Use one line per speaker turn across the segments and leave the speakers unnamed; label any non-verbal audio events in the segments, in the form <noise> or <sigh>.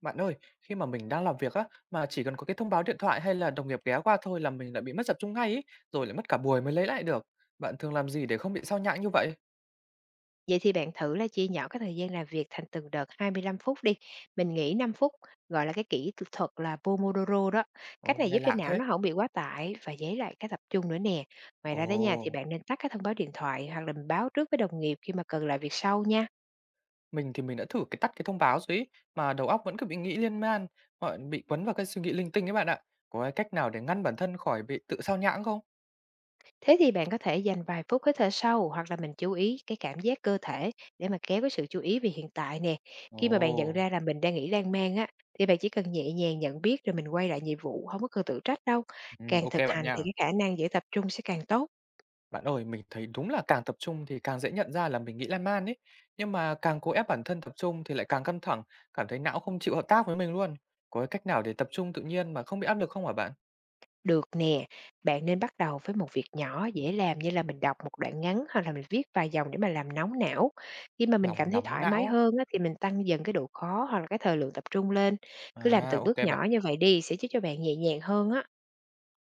Bạn ơi, khi mà mình đang làm việc á, mà chỉ cần có cái thông báo điện thoại hay là đồng nghiệp ghé qua thôi là mình lại bị mất tập trung ngay ý, rồi lại mất cả buổi mới lấy lại được. Bạn thường làm gì để không bị sao nhãng như vậy?
Vậy thì bạn thử là chia nhỏ cái thời gian làm việc thành từng đợt 25 phút đi, mình nghỉ 5 phút, gọi là cái kỹ thuật thuật là Pomodoro đó. Cách
Ồ,
này giúp
nghe
cho
lạ
não
thế.
nó không bị quá tải và lấy lại cái tập trung nữa nè. Ngoài ra đó nha, thì
Ồ,
bạn nên tắt cái thông báo điện thoại hoặc là mình báo trước với đồng nghiệp khi mà cần làm việc sau nha.
mình thì mình đã thử tắt cái thông báo rồi ý, mà đầu óc vẫn cứ bị nghĩ liên man, gọi bị quấn vào cái suy nghĩ linh tinh ấy bạn ạ. Có cái cách nào để ngăn bản thân khỏi bị tự sao nhãng không?
Thế thì bạn có thể dành vài phút hít thở sâu hoặc là mình chú ý cái cảm giác cơ thể để mà kéo cái sự chú ý về hiện tại nè. Khi mà bạn nhận
Ồ,
ra là mình đang nghĩ lan man á, thì bạn chỉ cần nhẹ nhàng nhận biết rồi mình quay lại nhiệm vụ, không có cần tự trách đâu.
ừ,
Càng
ok
thực
bạn
hành
nha.
thì cái khả năng giữ tập trung sẽ càng tốt.
Bạn ơi, mình thấy đúng là càng tập trung thì càng dễ nhận ra là mình nghĩ lan man ấy. Nhưng mà càng cố ép bản thân tập trung thì lại càng căng thẳng, cảm thấy não không chịu hợp tác với mình luôn. Có cái cách nào để tập trung tự nhiên mà không bị áp lực không hả bạn?
Được nè, bạn nên bắt đầu với một việc nhỏ dễ làm như là mình đọc một đoạn ngắn hoặc là mình viết vài dòng để mà làm nóng não. Khi mà mình cảm
Lòng
thấy
nóng
thoải mái
não ấy.
hơn á, thì mình tăng dần cái độ khó hoặc là cái thời lượng tập trung lên. Cứ làm
À,
từng bước
ok bạn.
nhỏ như vậy đi sẽ giúp cho bạn nhẹ nhàng hơn á.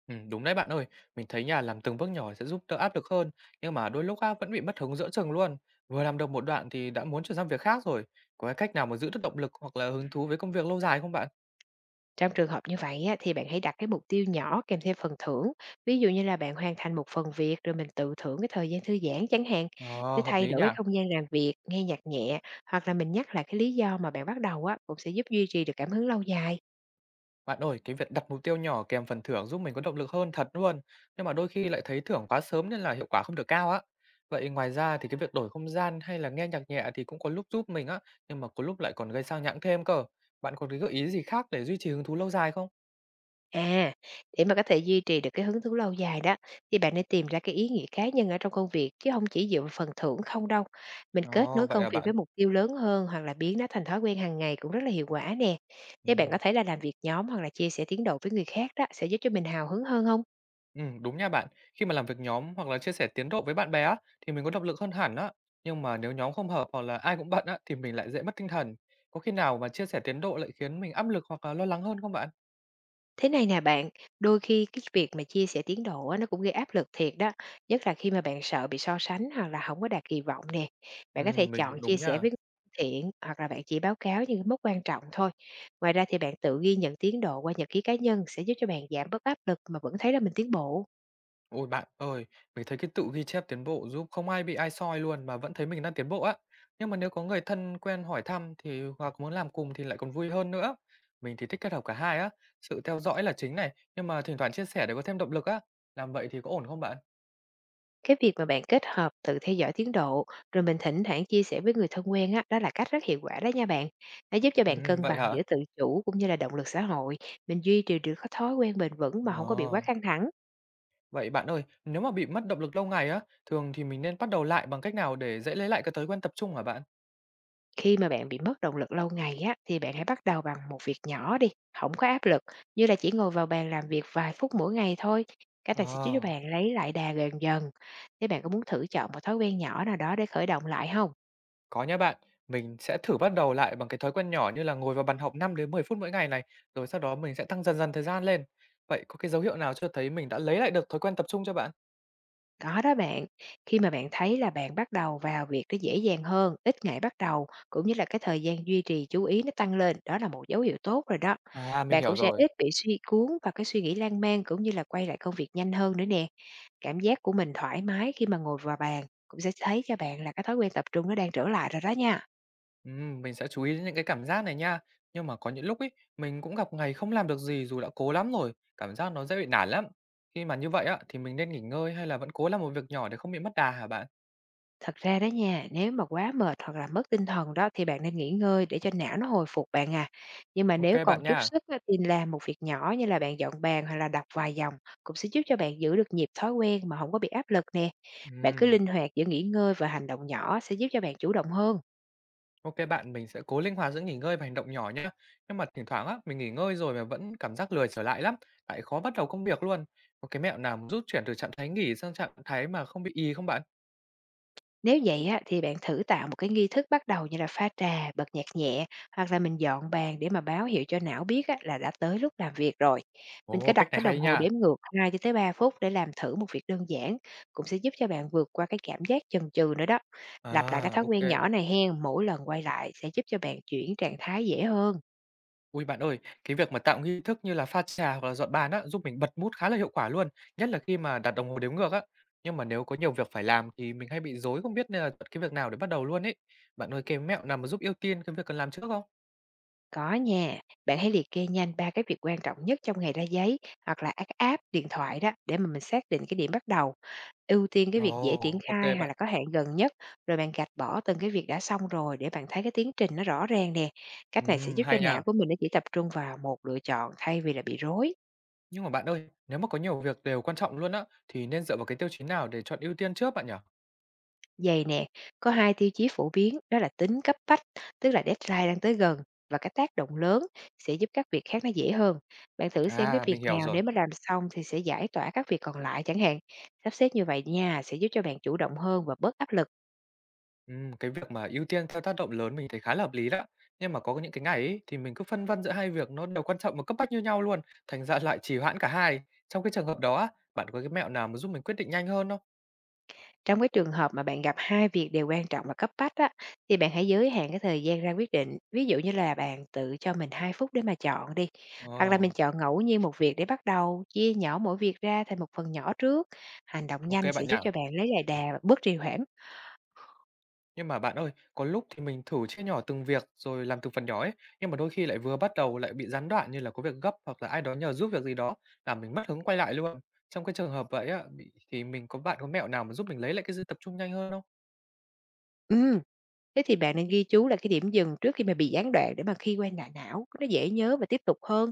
Ừ, đúng đấy bạn ơi, mình thấy nhà làm từng bước nhỏ sẽ giúp đỡ áp lực hơn, nhưng mà đôi lúc á, vẫn bị mất hứng giữa chừng luôn. Vừa làm được một đoạn thì đã muốn chuyển sang việc khác rồi. Có cái cách nào mà giữ được động lực hoặc là hứng thú với công việc lâu dài không bạn?
Trong trường hợp như vậy á, thì bạn hãy đặt cái mục tiêu nhỏ kèm theo phần thưởng. Ví dụ như là bạn hoàn thành một phần việc rồi mình tự thưởng cái thời gian thư giãn chẳng hạn. Cứ
Ờ, hợp
thay
lý
đổi
nhỉ?
cái không gian làm việc, nghe nhạc nhẹ hoặc là mình nhắc lại cái lý do mà bạn bắt đầu á cũng sẽ giúp duy trì được cảm hứng lâu dài.
Bạn ơi, cái việc đặt mục tiêu nhỏ kèm phần thưởng giúp mình có động lực hơn thật luôn, nhưng mà đôi khi lại thấy thưởng quá sớm nên là hiệu quả không được cao á. Vậy ngoài ra thì cái việc đổi không gian hay là nghe nhạc nhẹ thì cũng có lúc giúp mình á, nhưng mà có lúc lại còn gây sao nhãng thêm cơ. Bạn còn cái gợi ý gì khác để duy trì hứng thú lâu dài không?
À, để mà có thể duy trì được cái hứng thú lâu dài đó, thì bạn nên tìm ra cái ý nghĩa cá nhân ở trong công việc chứ không chỉ dựa vào phần thưởng không đâu. Mình kết
Ồ,
nối
vậy
công
à
việc
bạn.
với mục tiêu lớn hơn hoặc là biến nó thành thói quen hàng ngày cũng rất là hiệu quả nè. Thế bạn có
Ừ,
thấy là làm việc nhóm hoặc là chia sẻ tiến độ với người khác đó sẽ giúp cho mình hào hứng hơn không?
ừ, đúng nha bạn. Khi mà làm việc nhóm hoặc là chia sẻ tiến độ với bạn bè á, thì mình có động lực hơn hẳn á. Nhưng mà nếu nhóm không hợp hoặc là ai cũng bận á, thì mình lại dễ mất tinh thần. Có khi nào mà chia sẻ tiến độ lại khiến mình áp lực hoặc là lo lắng hơn không bạn?
Thế này nè bạn, đôi khi cái việc mà chia sẻ tiến độ á, nó cũng gây áp lực thiệt đó, nhất là khi mà bạn sợ bị so sánh hoặc là không có đạt kỳ vọng nè. Bạn có thể
Mình
chọn
cũng
chia
đúng
sẻ
nha.
với người thân thiện hoặc là bạn chỉ báo cáo những cái mốc quan trọng thôi. Ngoài ra thì bạn tự ghi nhận tiến độ qua nhật ký cá nhân sẽ giúp cho bạn giảm bớt áp lực mà vẫn thấy là mình tiến bộ.
Ôi, bạn ơi, mình thấy cái tự ghi chép tiến bộ giúp không ai bị ai soi luôn mà vẫn thấy mình đang tiến bộ á. Nhưng mà nếu có người thân quen hỏi thăm thì hoặc muốn làm cùng thì lại còn vui hơn nữa. Mình thì thích kết hợp cả hai á, sự theo dõi là chính này, nhưng mà thỉnh thoảng chia sẻ để có thêm động lực á. Làm vậy thì có ổn không bạn?
Cái việc mà bạn kết hợp tự theo dõi tiến độ, rồi mình thỉnh thoảng chia sẻ với người thân quen á, đó là cách rất hiệu quả đó nha bạn. Nó giúp cho bạn cân
Vậy
bằng giữa
hả?
tự chủ cũng như là động lực xã hội. Mình duy trì được cái thói quen bền vững mà không có bị quá
Ồ,
căng thẳng.
vậy bạn ơi, nếu mà bị mất động lực lâu ngày á, thường thì mình nên bắt đầu lại bằng cách nào để dễ lấy lại cái thói quen tập trung hả bạn?
Khi mà bạn bị mất động lực lâu ngày á, thì bạn hãy bắt đầu bằng một việc nhỏ đi, không có áp lực, như là chỉ ngồi vào bàn làm việc vài phút mỗi ngày thôi. Cách này sẽ giúp cho
Ờ.
bạn lấy lại đà gần dần. Thế bạn có muốn thử chọn một thói quen nhỏ nào đó để khởi động lại không?
Có nha bạn, mình sẽ thử bắt đầu lại bằng cái thói quen nhỏ như là ngồi vào bàn học 5 đến 10 phút mỗi ngày này, rồi sau đó mình sẽ tăng dần dần thời gian lên. Vậy có cái dấu hiệu nào cho thấy mình đã lấy lại được thói quen tập trung cho bạn?
Có đó bạn, khi mà bạn thấy là bạn bắt đầu vào việc nó dễ dàng hơn, ít ngại bắt đầu, cũng như là cái thời gian duy trì chú ý nó tăng lên, đó là một dấu hiệu tốt rồi đó.
À, mình
Bạn cũng
hiểu
sẽ
rồi.
ít bị suy cuốn và cái suy nghĩ lan man cũng như là quay lại công việc nhanh hơn nữa nè. Cảm giác của mình thoải mái khi mà ngồi vào bàn cũng sẽ thấy cho bạn là cái thói quen tập trung nó đang trở lại rồi đó nha.
Mình sẽ chú ý đến những cái cảm giác này nha. Nhưng mà có những lúc ấy, mình cũng gặp ngày không làm được gì dù đã cố lắm rồi, cảm giác nó dễ bị nản lắm. Khi mà như vậy á, thì mình nên nghỉ ngơi hay là vẫn cố làm một việc nhỏ để không bị mất đà hả bạn?
Thật ra đó nha, nếu mà quá mệt hoặc là mất tinh thần đó thì bạn nên nghỉ ngơi để cho não nó hồi phục bạn à. Nhưng mà
Ok
nếu còn
bạn
chút
nha.
sức á, thì làm một việc nhỏ như là bạn dọn bàn hoặc là đọc vài dòng cũng sẽ giúp cho bạn giữ được nhịp thói quen mà không có bị áp lực nè. Bạn cứ
Ừm.
linh hoạt giữa nghỉ ngơi và hành động nhỏ sẽ giúp cho bạn chủ động hơn.
Ok bạn, mình sẽ cố linh hoạt giữa nghỉ ngơi và hành động nhỏ nhé. Nhưng mà thỉnh thoảng á, mình nghỉ ngơi rồi mà vẫn cảm giác lười trở lại lắm, lại khó bắt đầu công việc luôn. Có cái mẹo nào giúp chuyển từ trạng thái nghỉ sang trạng thái mà không bị ì không bạn?
Nếu vậy á, thì bạn thử tạo một cái nghi thức bắt đầu như là pha trà, bật nhạc nhẹ hoặc là mình dọn bàn để mà báo hiệu cho não biết á, là đã tới lúc làm việc rồi. Mình cứ
Ồ,
đặt
cách
cái
này
đồng
hay
hồ
nha.
đếm ngược 2 cho tới 3 phút để làm thử một việc đơn giản cũng sẽ giúp cho bạn vượt qua cái cảm giác chần chừ nữa đó. Lặp lại cái
À,
thói quen
ok.
nhỏ này hen, mỗi lần quay lại sẽ giúp cho bạn chuyển trạng thái dễ hơn.
Ui bạn ơi, cái việc mà tạo nghi thức như là pha trà hoặc là dọn bàn á, giúp mình bật mút khá là hiệu quả luôn, nhất là khi mà đặt đồng hồ đếm ngược á. Nhưng mà nếu có nhiều việc phải làm thì mình hay bị rối không biết nên là chọn cái việc nào để bắt đầu luôn ấy. Bạn ơi, cái mẹo nào mà giúp ưu tiên cái việc cần làm trước không?
Có nha, bạn hãy liệt kê nhanh ba cái việc quan trọng nhất trong ngày ra giấy hoặc là các app, điện thoại đó để mà mình xác định cái điểm bắt đầu. Ưu tiên cái việc dễ triển
Ồ, ok
khai hoặc
bạn.
là có hạn gần nhất, rồi bạn gạch bỏ từng cái việc đã xong rồi để bạn thấy cái tiến trình nó rõ ràng nè. Cách này sẽ giúp cho
Hay nha.
não của mình nó chỉ tập trung vào một lựa chọn thay vì là bị rối.
Nhưng mà bạn ơi, nếu mà có nhiều việc đều quan trọng luôn á, thì nên dựa vào cái tiêu chí nào để chọn ưu tiên trước bạn nhỉ?
Vầy nè, có 2 tiêu chí phổ biến đó là tính cấp bách, tức là deadline đang tới gần và cái tác động lớn sẽ giúp các việc khác nó dễ hơn. Bạn thử xem cái
À,
việc
mình hiểu
nào
rồi.
nếu mà làm xong thì sẽ giải tỏa các việc còn lại chẳng hạn. Sắp xếp như vậy nha, sẽ giúp cho bạn chủ động hơn và bớt áp lực.
Cái việc mà ưu tiên theo tác động lớn mình thấy khá là hợp lý đó. Nhưng mà có những cái ngày ấy, thì mình cứ phân vân giữa hai việc nó đều quan trọng và cấp bách như nhau luôn, thành ra <laughs> lại trì hoãn cả hai. Trong cái trường hợp đó á, bạn có cái mẹo nào mà giúp mình quyết định nhanh hơn không?
Trong cái trường hợp mà bạn gặp hai việc đều quan trọng và cấp bách á, thì bạn hãy giới hạn cái thời gian ra quyết định. Ví dụ như là bạn tự cho mình 2 phút để mà chọn đi.
Ồ,
Hoặc là mình chọn ngẫu nhiên một việc để bắt đầu, chia nhỏ mỗi việc ra thành một phần nhỏ trước. Hành động
ok
nhanh sẽ
bạn nhỉ.
giúp cho bạn lấy lại đà và bớt trì hoãn.
Nhưng mà bạn ơi, có lúc thì mình thử chia nhỏ từng việc rồi làm từng phần nhỏ ấy, nhưng mà đôi khi lại vừa bắt đầu lại bị gián đoạn như là có việc gấp hoặc là ai đó nhờ giúp việc gì đó làm mình mất hứng quay lại luôn. Trong cái trường hợp vậy á, thì mình bạn có mẹo nào mà giúp mình lấy lại cái sự tập trung nhanh hơn không?
Ừm, thế thì bạn nên ghi chú là cái điểm dừng trước khi mà bị gián đoạn để mà khi quay lại não, nó dễ nhớ và tiếp tục hơn.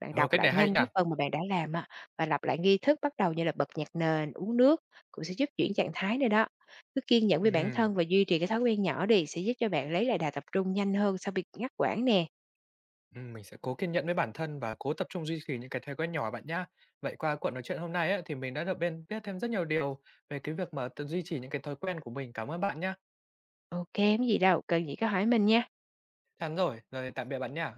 Bạn
Ờ,
đọc
cách
lại
này hay
nhanh
nhỉ?
cái phần mà bạn đã làm á, và lặp lại nghi thức bắt đầu như là bật nhạc nền, uống nước cũng sẽ giúp chuyển trạng thái nữa đó. Cứ kiên nhẫn với bản
Ừm,
thân và duy trì cái thói quen nhỏ đi sẽ giúp cho bạn lấy lại đà tập trung nhanh hơn sau bị ngắt quãng nè.
ừm, mình sẽ cố kiên nhẫn với bản thân và cố tập trung duy trì những cái thói quen nhỏ bạn nhá. Vậy qua cuộc nói chuyện hôm nay á, thì mình đã được bên biết thêm rất nhiều điều về cái việc mà tự duy trì những cái thói quen của mình. Cảm ơn bạn nhá.
Ok, không gì đâu, cần gì cứ hỏi mình nha.
Chắn rồi, rồi tạm biệt bạn nhá.